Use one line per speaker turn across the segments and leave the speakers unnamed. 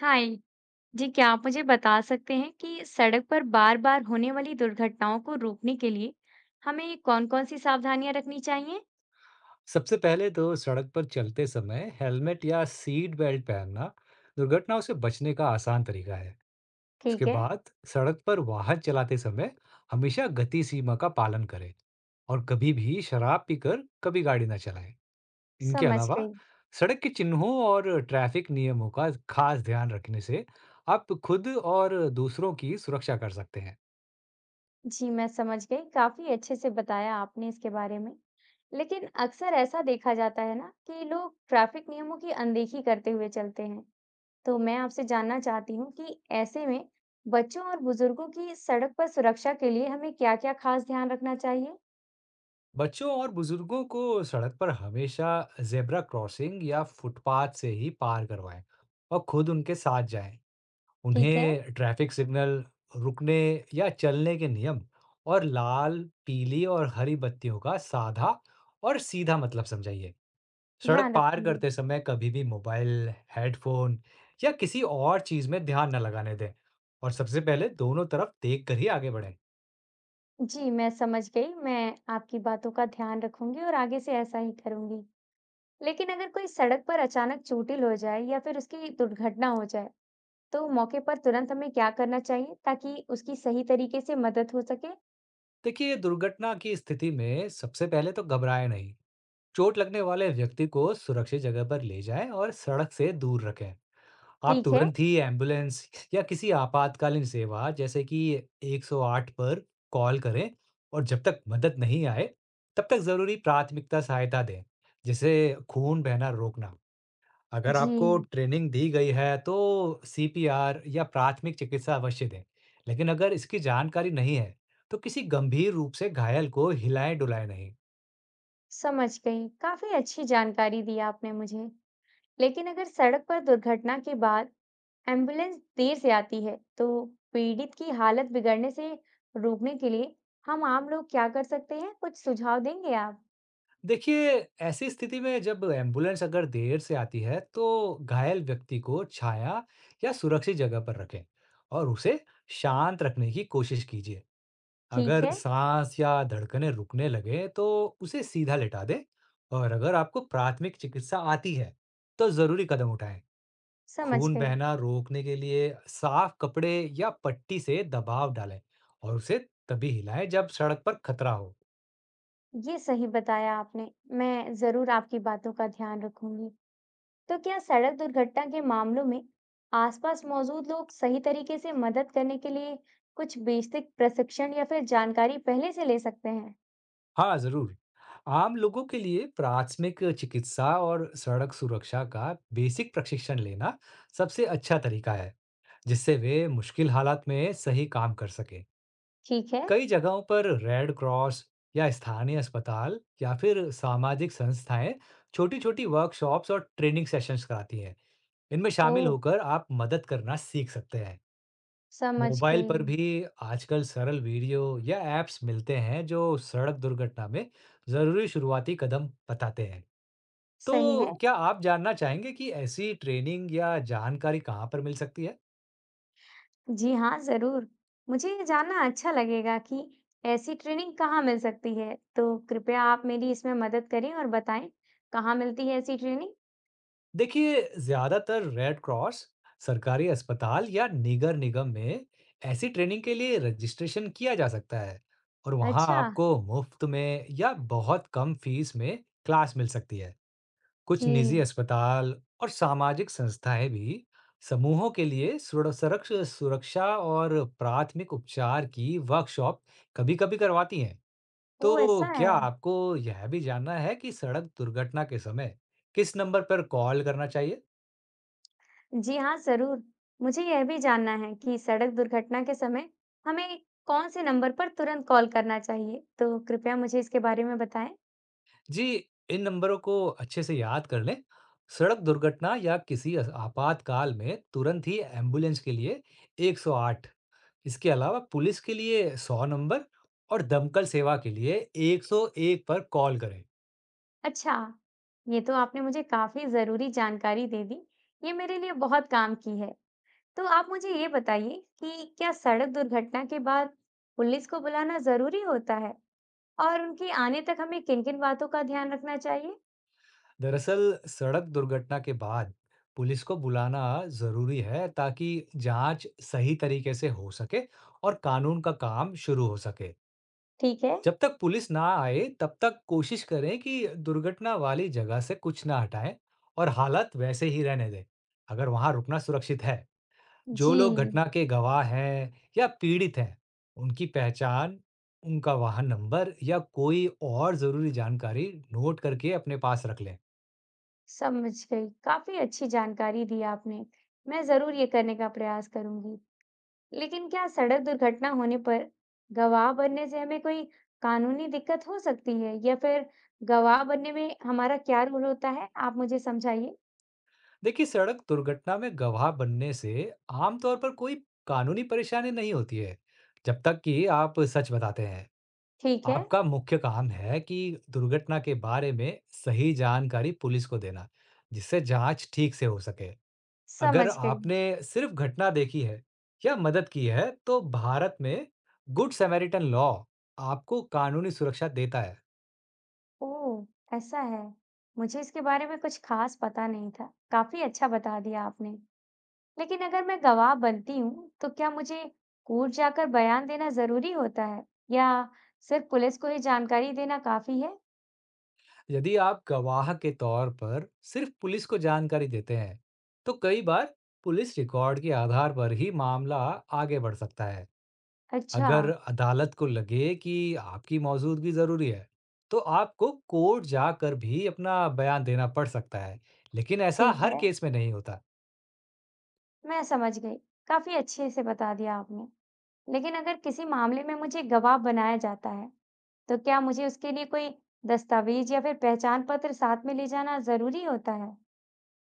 हाय जी, क्या आप मुझे बता सकते हैं कि सड़क पर बार बार होने वाली दुर्घटनाओं को रोकने के लिए हमें कौन-कौन सी सावधानियां रखनी चाहिए।
सबसे पहले तो सड़क पर चलते समय हेलमेट या सीट बेल्ट पहनना दुर्घटनाओं से बचने का आसान तरीका है। इसके
ठीक है।
बाद सड़क पर वाहन चलाते समय हमेशा गति सीमा का पालन करें और कभी भी शराब पीकर कभी गाड़ी ना चलाएं। इनके
समझ
अलावा
गई।
सड़क के चिन्हों और ट्रैफिक नियमों का खास ध्यान रखने से आप खुद और दूसरों की सुरक्षा कर सकते हैं।
जी, मैं समझ गई, काफी अच्छे से बताया आपने इसके बारे में। लेकिन अक्सर ऐसा देखा जाता है ना कि लोग ट्रैफिक नियमों की अनदेखी करते हुए चलते हैं, तो मैं आपसे जानना चाहती हूँ कि ऐसे में बच्चों और बुजुर्गों की सड़क पर सुरक्षा के लिए हमें क्या-क्या खास ध्यान रखना चाहिए।
बच्चों और बुजुर्गों को सड़क पर हमेशा जेब्रा क्रॉसिंग या फुटपाथ से ही पार करवाएं और खुद उनके साथ जाएं।
ठीक है।
उन्हें ट्रैफिक सिग्नल, रुकने या चलने के नियम और लाल, पीली और हरी बत्तियों का साधा और सीधा मतलब समझाइए। सड़क
ध्यान
पार
रखूंगी।
करते समय कभी भी मोबाइल, हेडफोन या किसी और चीज में ध्यान न लगाने दें और सबसे पहले दोनों तरफ देख कर ही आगे बढ़ें।
जी, मैं समझ गई। मैं आपकी बातों का ध्यान रखूँगी और आगे से ऐसा ही करूँगी। लेकिन अगर कोई सड़क पर अचानक चोटिल हो जाए या फिर उसकी दुर्घटना हो जाए, तो मौके पर तुरंत हमें क्या करना चाहिए ताकि उसकी सही तरीके से मदद हो सके?
देखिए, दुर्घटना की स्थिति में सबसे पहले तो घबराए नहीं, चोट लगने वाले व्यक्ति को सुरक्षित जगह पर ले जाएं और सड़क से दूर रखें। आप
ठीक है।
तुरंत ही एम्बुलेंस या किसी आपातकालीन सेवा जैसे कि 108 पर कॉल करें और जब तक मदद नहीं आए, तब तक जरूरी प्राथमिकता सहायता दें, जैसे खून बहना रोकना। अगर आपको
जी,
ट्रेनिंग दी गई है, तो सीपीआर या प्राथमिक चिकित्सा अवश्य दें। लेकिन अगर इसकी जानकारी नहीं है, तो किसी गंभीर रूप से घायल को हिलाएं-डुलाएं नहीं।
समझ गई। काफ़ी अच्छी जानकारी दी आपने मुझे। लेकिन अगर सड़क पर दुर्घटना के बाद एम्बुलेंस देर से आती है, तो पीड़ित की हालत बिगड़ने से रोकने के लिए हम आम लोग क्या कर सकते हैं? कुछ सुझाव देंगे आप?
देखिए, ऐसी स्थिति में जब एम्बुलेंस अगर देर से आती है, तो घायल व्यक्ति को छाया या सुरक्षित जगह पर रखें और उसे शांत रखने की कोशिश कीजिए।
ठीक
अगर
है,
सांस या धड़कनें रुकने लगे, तो उसे सीधा लेटा दें और अगर आपको प्राथमिक चिकित्सा आती है, तो जरूरी कदम उठाएं।
समझ
खून
गई।
बहना रोकने के लिए साफ कपड़े या पट्टी से दबाव डालें और उसे तभी हिलाएं जब सड़क पर खतरा हो।
ये सही बताया आपने। मैं ज़रूर आपकी बातों का ध्यान रखूंगी। तो क्या सड़क दुर्घटना के मामलों में आसपास मौजूद लोग सही तरीके से मदद करने के लिए कुछ बेसिक प्रशिक्षण या फिर जानकारी पहले से ले सकते हैं?
हाँ, ज़रूर। आम लोगों के लिए प्राथमिक चिकित्सा और सड़क सुरक्षा का बेसिक प्रशिक्षण लेना सबसे अच्छा तरीका है, जिससे वे मुश्किल हालात में सही काम कर सकें।
ठीक है।
कई जगहों पर रेड क्रॉस या स्थानीय अस्पताल या फिर सामाजिक संस्थाएं छोटी-छोटी वर्कशॉप्स और ट्रेनिंग सेशंस कराती हैं। इनमें शामिल
ओह!
होकर आप मदद करना सीख सकते हैं।
समझ
मोबाइल
गई।
पर भी आजकल सरल वीडियो या ऐप्स मिलते हैं, जो सड़क दुर्घटना में जरूरी शुरुआती कदम बताते हैं।
सही
तो
है।
क्या आप जानना चाहेंगे कि ऐसी ट्रेनिंग या जानकारी कहाँ पर मिल सकती है?
जी हाँ, ज़रूर। मुझे ये जानना अच्छा लगेगा कि ऐसी ट्रेनिंग कहाँ मिल सकती है। तो कृपया आप मेरी इसमें मदद करें और बताएं, कहाँ मिलती है ऐसी ट्रेनिंग?
देखिए, ज्यादातर रेड क्रॉस, सरकारी अस्पताल या निगर निगम में ऐसी ट्रेनिंग के लिए रजिस्ट्रेशन किया जा सकता है और वहाँ
अच्छा।
आपको मुफ्त में या बहुत कम फीस में क्लास मिल सकती है।
जी।
कुछ निजी अस्पताल और सामाजिक संस्थाएं भी समूहों के लिए सुरक्षा और प्राथमिक उपचार की वर्कशॉप कभी-कभी करवाती हैं।
ओह!
तो
ऐसा
क्या
है।
आपको यह भी जानना है कि सड़क दुर्घटना के समय किस नंबर पर कॉल करना चाहिए?
जी हाँ, ज़रूर। मुझे यह भी जानना है कि सड़क दुर्घटना के समय हमें कौन से नंबर पर तुरंत कॉल करना चाहिए, तो कृपया मुझे इसके बारे में बताएँ।
जी, इन नंबरों को अच्छे से याद कर लें। सड़क दुर्घटना या किसी आपातकाल में तुरंत ही एम्बुलेंस के लिए 108, इसके अलावा पुलिस के लिए 100 नंबर और दमकल सेवा के लिए 101 पर कॉल करें।
अच्छा, ये तो आपने मुझे काफ़ी ज़रूरी जानकारी दे दी, ये मेरे लिए बहुत काम की है। तो आप मुझे ये बताइए कि क्या सड़क दुर्घटना के बाद पुलिस को बुलाना ज़रूरी होता है और उनके आने तक हमें किन-किन बातों का ध्यान रखना चाहिए?
दरअसल सड़क दुर्घटना के बाद पुलिस को बुलाना जरूरी है, ताकि जांच सही तरीके से हो सके और कानून का काम शुरू हो सके।
ठीक है।
जब तक पुलिस ना आए, तब तक कोशिश करें कि दुर्घटना वाली जगह से कुछ ना हटाएं और हालत वैसे ही रहने दें, अगर वहां रुकना सुरक्षित है। जो
जी।
लोग घटना के गवाह हैं या पीड़ित हैं, उनकी पहचान, उनका वाहन नंबर या कोई और ज़रूरी जानकारी नोट करके अपने पास रख लें।
समझ गई, काफी अच्छी जानकारी दी आपने। मैं जरूर ये करने का प्रयास करूंगी। लेकिन क्या सड़क दुर्घटना होने पर गवाह बनने से हमें कोई कानूनी दिक्कत हो सकती है, या फिर गवाह बनने में हमारा क्या रोल होता है, आप मुझे समझाइए।
देखिए, सड़क दुर्घटना में गवाह बनने से आमतौर पर कोई कानूनी परेशानी नहीं होती है, जब तक कि आप सच बताते हैं।
ठीक है।
आपका मुख्य काम है कि दुर्घटना के बारे में सही जानकारी पुलिस को देना, जिससे जांच ठीक से हो सके। अगर
समझ गई।
आपने सिर्फ घटना देखी है या मदद की है, तो भारत में गुड समैरिटन लॉ आपको कानूनी सुरक्षा देता है।
ओ, ऐसा है। मुझे इसके बारे में कुछ खास पता नहीं था, काफी अच्छा बता दिया आपने। लेकिन अगर मैं गवाह बनती हूँ, तो क्या मुझे कोर्ट जाकर बयान देना जरूरी होता है, या सिर्फ पुलिस को ही जानकारी देना काफी है?
यदि आप गवाह के तौर पर सिर्फ पुलिस को जानकारी देते हैं, तो कई बार पुलिस रिकॉर्ड के आधार पर ही मामला आगे बढ़ सकता है।
अच्छा,
अगर अदालत को लगे कि आपकी मौजूदगी जरूरी है, तो आपको कोर्ट जाकर भी अपना बयान देना पड़ सकता है, लेकिन ऐसा
ठीक
हर
है,
केस में नहीं होता।
मैं समझ गई। काफी अच्छे से बता दिया आपने। लेकिन अगर किसी मामले में मुझे गवाह बनाया जाता है, तो क्या मुझे उसके लिए कोई दस्तावेज या फिर पहचान पत्र साथ में ले जाना जरूरी होता है?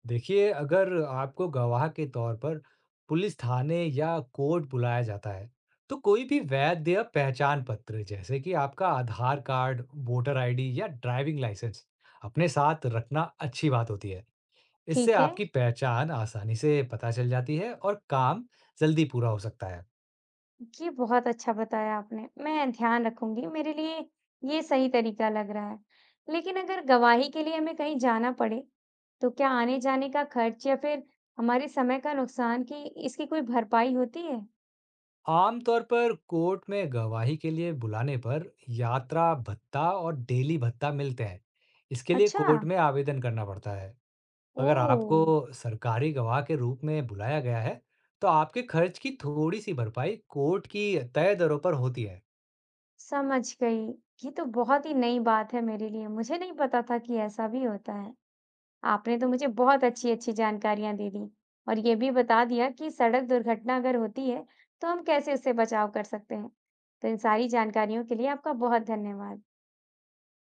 देखिए, अगर आपको गवाह के तौर पर पुलिस थाने या कोर्ट बुलाया जाता है, तो कोई भी वैध या पहचान पत्र जैसे कि आपका आधार कार्ड, वोटर आईडी या ड्राइविंग लाइसेंस अपने साथ रखना अच्छी बात होती है। इससे
ठीक है।
आपकी पहचान आसानी से पता चल जाती है और काम जल्दी पूरा हो सकता है।
ये बहुत अच्छा बताया आपने। मैं ध्यान रखूंगी, मेरे लिए ये सही तरीका लग रहा है। लेकिन अगर गवाही के लिए हमें कहीं जाना पड़े, तो क्या आने-जाने का खर्च या फिर हमारे समय का नुकसान की इसकी कोई भरपाई होती है?
आमतौर पर कोर्ट में गवाही के लिए बुलाने पर यात्रा भत्ता और डेली भत्ता मिलते हैं। इसके लिए
अच्छा,
कोर्ट में आवेदन करना पड़ता है। अगर
ओह!
आपको सरकारी गवाह के रूप में बुलाया गया है, तो आपके खर्च की थोड़ी-सी भरपाई कोर्ट की तय दरों पर होती है।
समझ गई। ये तो बहुत ही नई बात है मेरे लिए, मुझे नहीं पता था कि ऐसा भी होता है। आपने तो मुझे बहुत अच्छी-अच्छी जानकारियां दे दी और ये भी बता दिया कि सड़क दुर्घटना अगर होती है तो हम कैसे उससे बचाव कर सकते हैं। तो इन सारी जानकारियों के लिए आपका बहुत धन्यवाद।